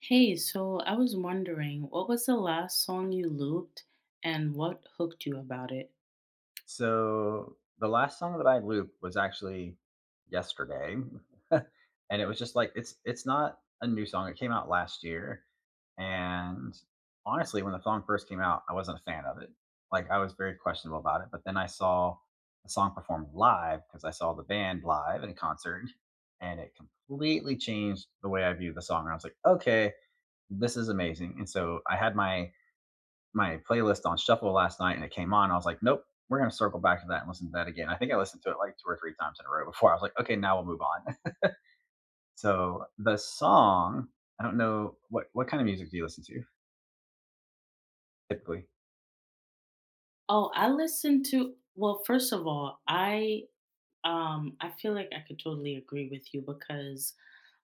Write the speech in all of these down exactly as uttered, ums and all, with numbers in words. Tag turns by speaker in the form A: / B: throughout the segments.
A: Hey, so I was wondering, what was the last song you looped and what hooked you about it?
B: So, the last song that I looped was actually yesterday. And it was just like it's it's not a new song, it came out last year, and honestly, when the song first came out, I wasn't a fan of it. Like, I was very questionable about it, but then I saw the song performed live because I saw the band live in concert, and it completely changed the way I view the song, and I was like, "Okay, this is amazing," and so I had my my playlist on shuffle last night and it came on. I was like, nope, we're going to circle back to that and listen to that again. I think I listened to it like two or three times in a row before. I was like, okay, now we'll move on. So the song, I don't know, what what kind of music do you listen to typically?
A: Oh, I listened to, well, first of all, I um I feel like I could totally agree with you because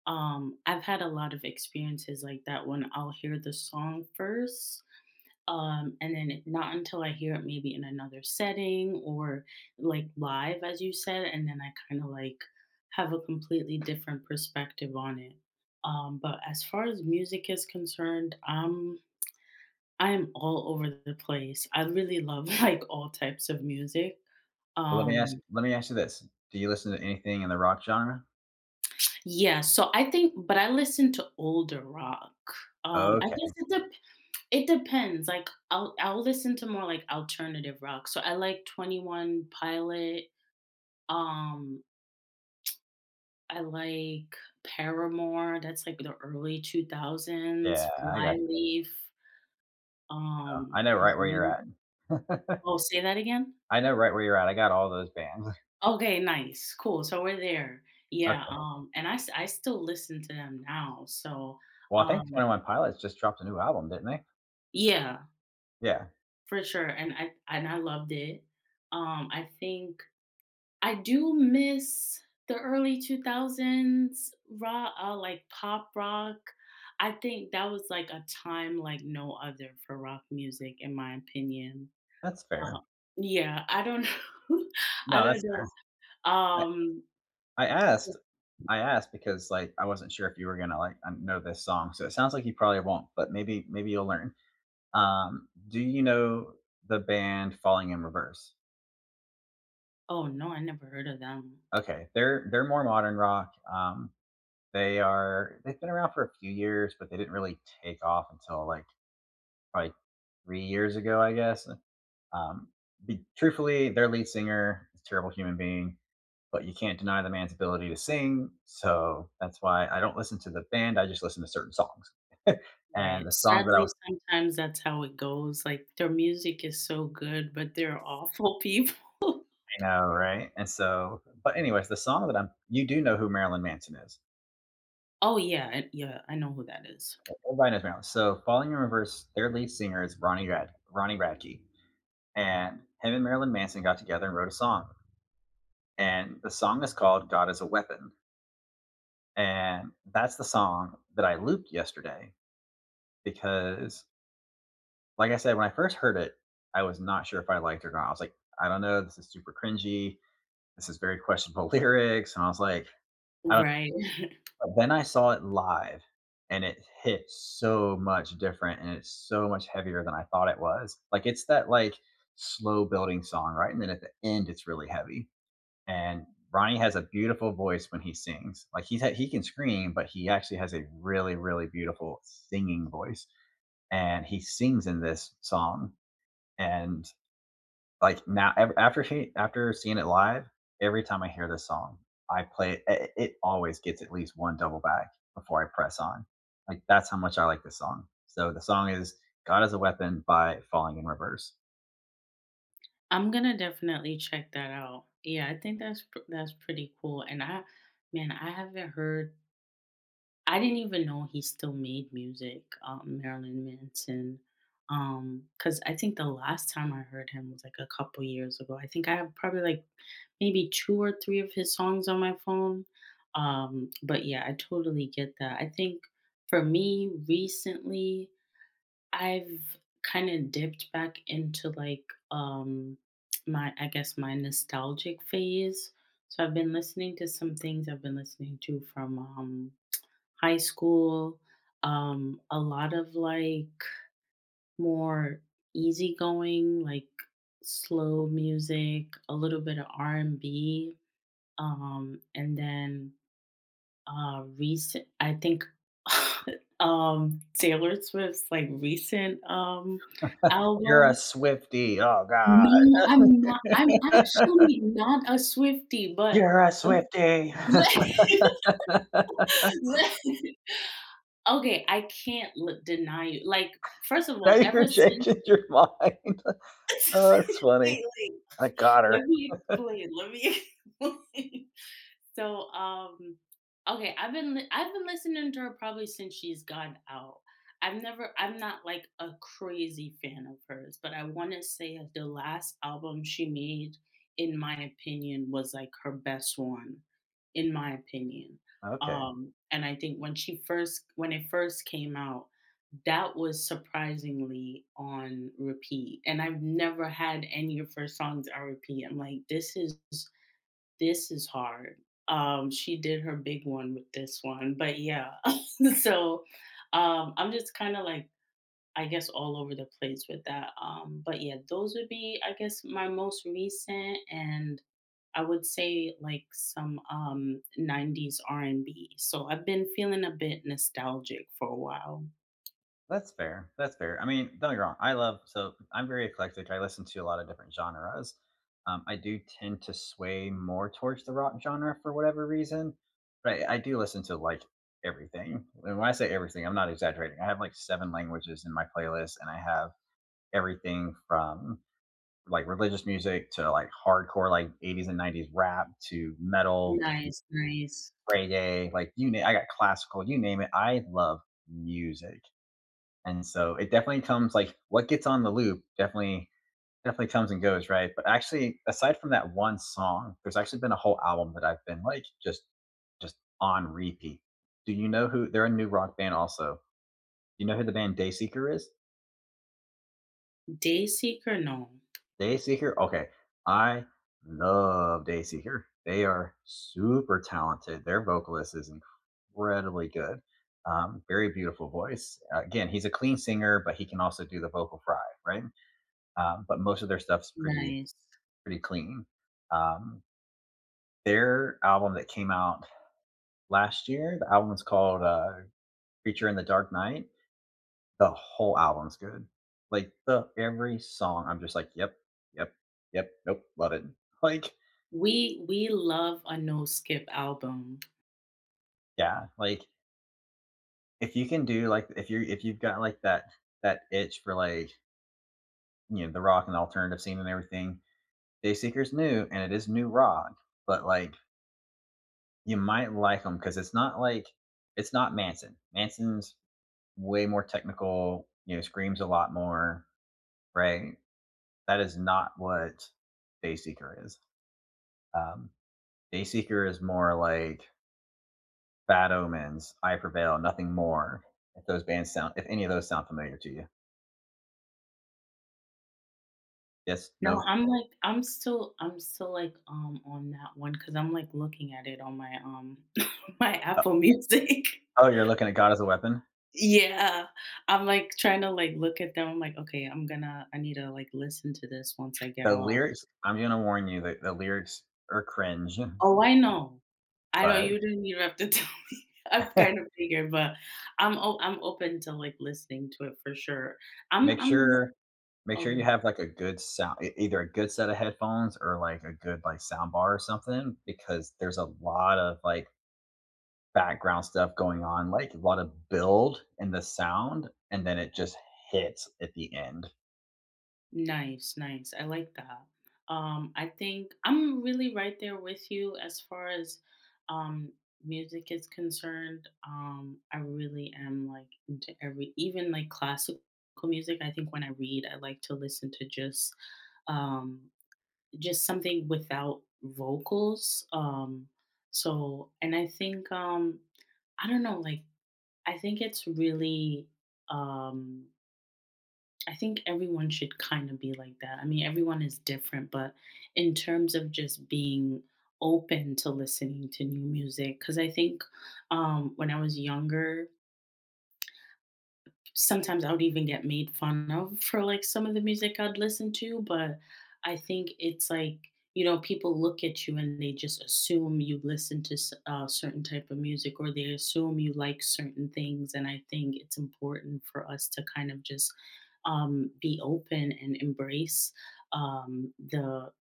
A: um I've had a lot of experiences like that when I'll hear the song first. Um, and then it- not until I hear it maybe in another setting or like live, as you said, and then I kind of like have a completely different perspective on it. Um, but as far as music is concerned, I'm I am all over the place. I really love like all types of music.
B: Well, let me ask
A: Um,
B: let me ask you this: do you listen to anything in the rock genre?
A: yeah, so I think, but I listen to older rock. Um, I guess
B: Okay,
A: it dep it depends. Like I'll I'll listen to more like alternative rock. So I like Twenty One Pilot. Um, I like Paramore, that's like the early two thousands,
B: yeah, I got you.
A: Flyleaf,
B: Now
A: um,
B: I know right where you're
A: mhm.
B: at.
A: Oh, say that again?
B: I know right where you're at. I got all those bands.
A: Okay, nice, cool, so we're there. Yeah,
B: Okay.
A: um, and I s I still listen to them now, so,
B: Well, I think
A: um
B: Twenty One Pilots just dropped a new album, didn't they?
A: yeah,
B: Yeah,
A: for sure, and I and I loved it. Um, I think I do miss the early two thousands raw, uh, like pop rock. I think that was like a time like no other for rock music, in my opinion.
B: that's
A: Uh,
B: fair.
A: yeah, I don't know. I
B: No, that's
A: don't
B: fair.
A: know. Um,
B: I asked I asked because, like, I wasn't sure if you were gonna, like, um, know this song, so it sounds like you probably won't, but maybe maybe you'll learn. Um, do you know the band Falling in Reverse?
A: oh no, I never heard of them.
B: Okay, they're they're more modern rock. Um, they are they've been around for a few years, but they didn't really take off until, like, probably three years ago, I guess. Um, be truthfully, their lead singer is a terrible human being, but you can't deny the man's ability to sing. So that's why I don't listen to the band. I just listen to certain songs. And the
A: Right.
B: song that I
A: Sadly,
B: was,
A: sometimes that's how it goes. Like their music is so good, but they're awful people.
B: I know, right? And so, but anyways, the song that I'm, you do know who Marilyn Manson is.
A: Oh yeah, I- yeah, I know who that is.
B: Okay, everybody knows Marilyn. So, Falling in Reverse, their lead singer is Ronnie Rad, Ronnie Radke, and him and Marilyn Manson got together and wrote a song. And the song is called "God Is a Weapon," and that's the song that I looped yesterday because like I said, when I first heard it, I was not sure if I liked it or not. I was like, I don't know. This is super cringy. This is very questionable lyrics. And I was like, I don't
A: Right.
B: know. But then I saw it live and it hit so much different and it's so much heavier than I thought it was. Like it's that like slow building song, right? And then at the end, it's really heavy. And Ronnie has a beautiful voice when he sings. Like he's ha- he can scream, but he actually has a really really beautiful singing voice, and he sings in this song. And like now after she after seeing it live, every time I hear this song, I play it, it always gets at least one double back before I press on. Like that's how much I like this song. So the song is God is a Weapon by Falling in Reverse.
A: I'm gonna definitely check that out. Yeah, I think that's pr- that's pretty cool. And I, man, I haven't heard. I didn't even know he still made music, um, Marilyn Manson. Um, because I think the last time I heard him was like a couple years ago. I think I have probably like maybe two or three of his songs on my phone. Um, but yeah, I totally get that. I think for me recently, I've kind of dipped back into like um my I guess my nostalgic phase. So I've been listening to some things I've been listening to from um high school. Um a lot of like more easygoing, like slow music, a little bit of R and B, um and then uh, recent I think, um, Taylor Swift's, like, recent, um,
B: You're a
A: album.
B: Swifty. Oh God.
A: No, I'm not I'm actually not a Swiftie, but
B: You're a Swifty.
A: okay, I can't l deny you. Like, first of
B: Now
A: all,
B: you're
A: ever since
B: changing your mind. Oh, that's funny.
A: wait, wait,
B: I got
A: let
B: her.
A: me explain, let me explain. So, um, okay, I've been li- I've been listening to her probably since she's gone out. I've never I'm not like a crazy fan of hers, but I want to say that the last album she made, in my opinion, was like her best one, in my opinion.
B: Okay.
A: Um, and I think when she first when it first came out, that was surprisingly on repeat. And I've never had any of her songs on repeat. I'm like, this is this is hard. Um, she did her big one with this one, but yeah. So, um, I'm just kinda like, I guess, all over the place with that, um, but yeah, those would be, I guess, my most recent, and I would say, like, some, um, nineties R and B. So I've been feeling a bit nostalgic for a while.
B: That's fair, that's fair. I mean, don't get me wrong, I love so I'm very eclectic, I listen to a lot of different genres. Um, I do tend to sway more towards the rock genre for whatever reason, but I I do listen to, like, everything. And when I say everything, I'm not exaggerating. I have, like, seven languages in my playlist, and I have everything from, like, religious music to, like, hardcore, like, eighties and nineties rap to metal, to
A: Nice, nice.
B: reggae, like, you name. I got classical, you name it. I love music, and so it definitely comes, like what gets on the loop definitely definitely comes and goes, right? But actually aside from that one song, there's actually been a whole album that I've been like just just on repeat. Do you know who, they're a new rock band also, do you know who the band Dayseeker is?
A: Dayseeker? No.
B: Dayseeker, okay. I love Dayseeker. They are super talented, their vocalist is incredibly good. Um, very beautiful voice. Uh, again, he's a clean singer but he can also do the vocal fry, right? Um, but most of their stuff's pretty
A: Nice.
B: pretty clean. Um, their album that came out last year, the album is called uh, "Creature in the Dark Night." The whole album's good. Like the every song, I'm just like, yep, yep, yep, nope, love it. Like,
A: We we love a no skip album.
B: yeah, like if you can do like if you if you've got like that that itch for like, you know, the rock and alternative scene and everything, Dayseekers new, and it is new rock, but like you might like him because it's not like it's not Manson. Manson's way more technical, you know, screams a lot more, right? That is not what Dayseeker is. Um, Dayseeker is more like Bad Omens, I Prevail, nothing more. If those bands sound, if any of those sound familiar to you, yes,
A: No,
B: no.
A: I'm like I'm still I'm still like, um, on that one because 'cause I'm, like, looking at it on my, um, my
B: Uh,
A: Apple Music.
B: oh, you're looking at God as a Weapon.
A: Yeah. I'm, like, trying to, like, look at them. I'm like, "Okay, I'm gonna I need to, like, listen to this once I get
B: The
A: off."
B: lyrics, I'm going to warn you that the lyrics are cringe,
A: Oh, I know. I know
B: but
A: you didn't even have to tell me. I've kind of figured, but I'm o I'm open to, like, listening to it for sure. I'm
B: Make
A: I'm okay.
B: sure make sure you have, like, a good sound e either a good set of headphones or, like, a good, like, sound bar or something because there's a lot of, like, background stuff going on, like, a lot of build in the sound, and then it just hits at the end.
A: Nice, nice. I like that. Um, I think I'm really right there with you as far as um, music is concerned. Um, I really am like into every, even like classical music. I think when I read, I like to listen to just um, just something without vocals. Um, so, and I think um, I don't know, like I think it's really um I think everyone should kind of be like that. I mean, everyone is different, but in terms of just being open to listening to new music, because I think um, when I was younger, sometimes I would even get made fun of for like some of the music I'd listen to, but I think it's like, you know, people look at you and they just assume you listen to s- uh, certain type of music or they assume you like certain things. And I think it's important for us to kind of just um, be open and embrace um, the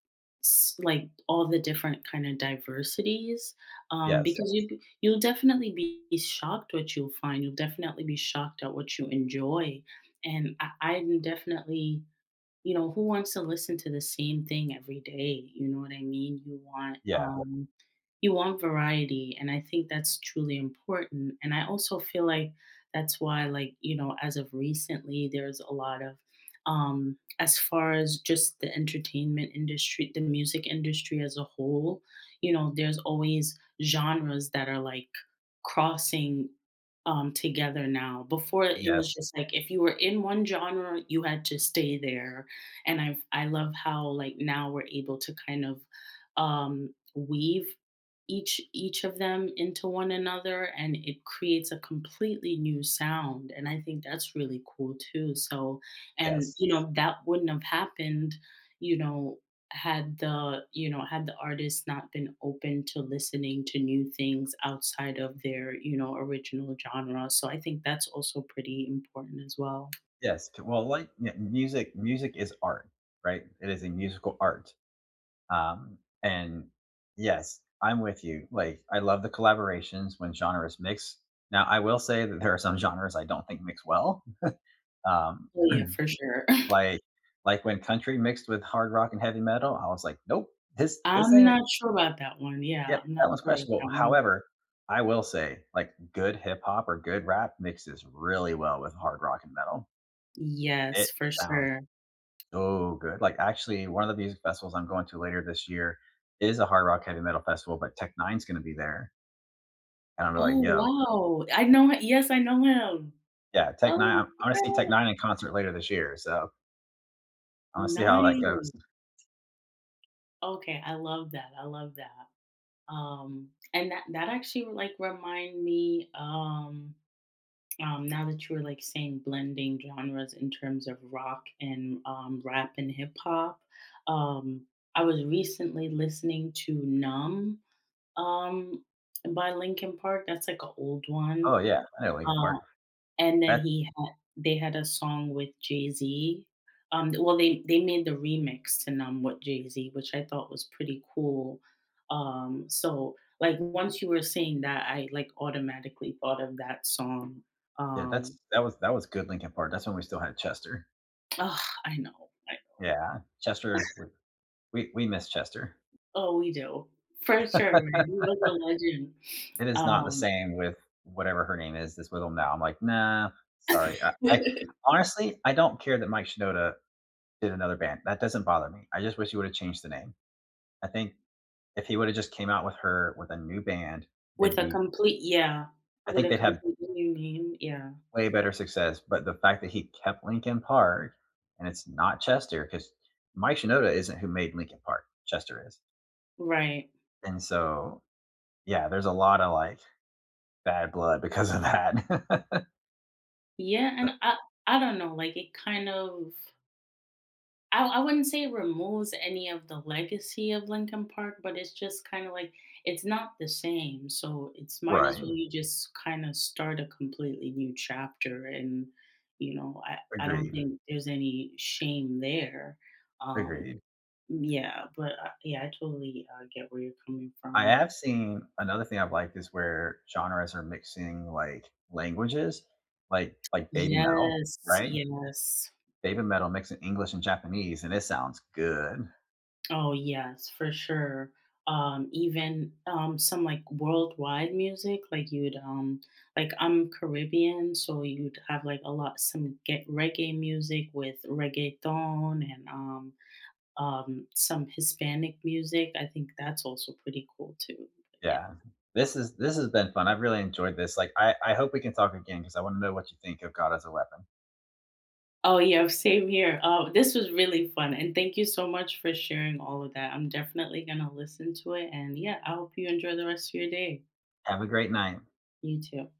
A: s- like all the different kind of diversities um,
B: Yes.
A: because you you'll definitely be shocked what you'll find. You'll definitely be shocked at what you enjoy. And I, I'm definitely, you know, who wants to listen to the same thing every day? You know what I mean? You want Yeah.
B: Yeah.
A: Um you want variety, and I think that's truly important, and I also feel like that's why, like, you know, as of recently, there's a lot of, um, as far as just the entertainment industry, the music industry as a whole, you know, there's always genres that are, like, crossing, um, together now. Before, it
B: Yes.
A: was just like if you were in one genre, you had to stay there, and I've I love how, like, now we're able to kind of, um, weave each each of them into one another, and it creates a completely new sound, and I think that's really cool too. So, and
B: Yes.
A: you know that wouldn't have happened, you know, had the you know had the artist not been open to listening to new things outside of their, you know, original genre. So I think that's also pretty important as well.
B: Yes. Well, like, yeah, music music is art, right? It is a musical art. Um, and yes, I'm with you. Like, I love the collaborations when genres mix. Now, I will say that there are some genres I don't think mix well. Um,
A: Oh yeah, for sure.
B: like, like when country mixed with hard rock and heavy metal, I was like, nope, this this
A: I'm
B: ain't it.
A: not sure about that one, yeah,
B: Yep,
A: I'm
B: that
A: not
B: one's
A: sure about
B: questionable.
A: that one.
B: However, I will say, like, good hip hop or good rap mixes really well with hard rock and metal.
A: Yes,
B: It
A: for
B: sounds
A: sure.
B: so good. Like, actually, one of the music festivals I'm going to later this year is a hard rock heavy metal festival, but Tech Nine's going to be there. And I'm really like,
A: Oh,
B: "Yo."
A: wow. I know hi Yes, I know him.
B: Yeah, Tech Nine
A: Oh,
B: I'm I'm gonna see Tech
A: crap.
B: Nine in concert later this year, so I am going to see how that goes.
A: Nice. Okay, I love that, I love that. Um, and that that actually would, like, remind me, um um, now that you were, like, saying blending genres in terms of rock and, um, rap and hip hop, um, I was recently listening to "Numb," um, by Linkin Park. That's, like, an old one.
B: Oh, yeah, I know Lincoln
A: Um
B: Park.
A: And then
B: That
A: he had They had a song with Jay-Z. Um, well, they they made the remix to "Numb" with Jay-Z, which I thought was pretty cool. Um, so, like, once you were saying that, I, like, automatically thought of that song.
B: Yeah,
A: Um,
B: that's that was that was good Lincoln Park, that's when we still had Chester.
A: Ugh, I know, I
B: Yeah, Chester, we we we miss Chester.
A: Oh, we do. For sure, man, he was a legend.
B: It is not the
A: Um,
B: same with whatever her name is that's with them now. I'm like, "Nah, sorry." I I honestly, I don't care that Mike Shinoda did another band, that doesn't bother me. I just wish he would've changed the name. I think if he would've just came out with her with a new band, they'd
A: with a
B: be,
A: complete, yeah,
B: I
A: with
B: think
A: a
B: they'd have
A: complete new name, yeah.
B: way better success. But the fact that he kept Linkin Park and it's not Chester because Mike Shinoda isn't who made Linkin Park. Chester is,
A: Right.
B: and so yeah, there's a lot of like bad blood because of that.
A: Yeah,
B: So,
A: and I I don't know, like, it kind of, I, I wouldn't say it removes any of the legacy of Lincoln Park, but it's just kind of like it's not the same. So it's might as
B: right.
A: well you just kind of start a completely new chapter. And, you know, I, I don't
B: Agreed.
A: think there's any shame there. Um,
B: Agreed.
A: yeah, but uh, yeah, I totally uh, get where you're coming
B: I
A: from.
B: have seen another thing I've liked is where genres are mixing like languages, like like baby metal,
A: Yes,
B: right?
A: yes.
B: Baby metal mixing English and Japanese, and it sounds good.
A: Oh yes, for sure. Um, even um, some like worldwide music, like you'd um, like I'm Caribbean, so you'd have like a lot some get reggae music with reggaeton and um, um, some Hispanic music. I think that's also pretty cool too. But yeah.
B: Yeah. This is this has been fun. I've really enjoyed this. Like, I I hope we can talk again because I wanna know what you think of God as a Weapon.
A: Oh yeah, same here. Uh, this was really fun, and thank you so much for sharing all of that. I'm definitely gonna listen to it, and yeah, I hope you enjoy the rest of your day.
B: Have a great night.
A: You too.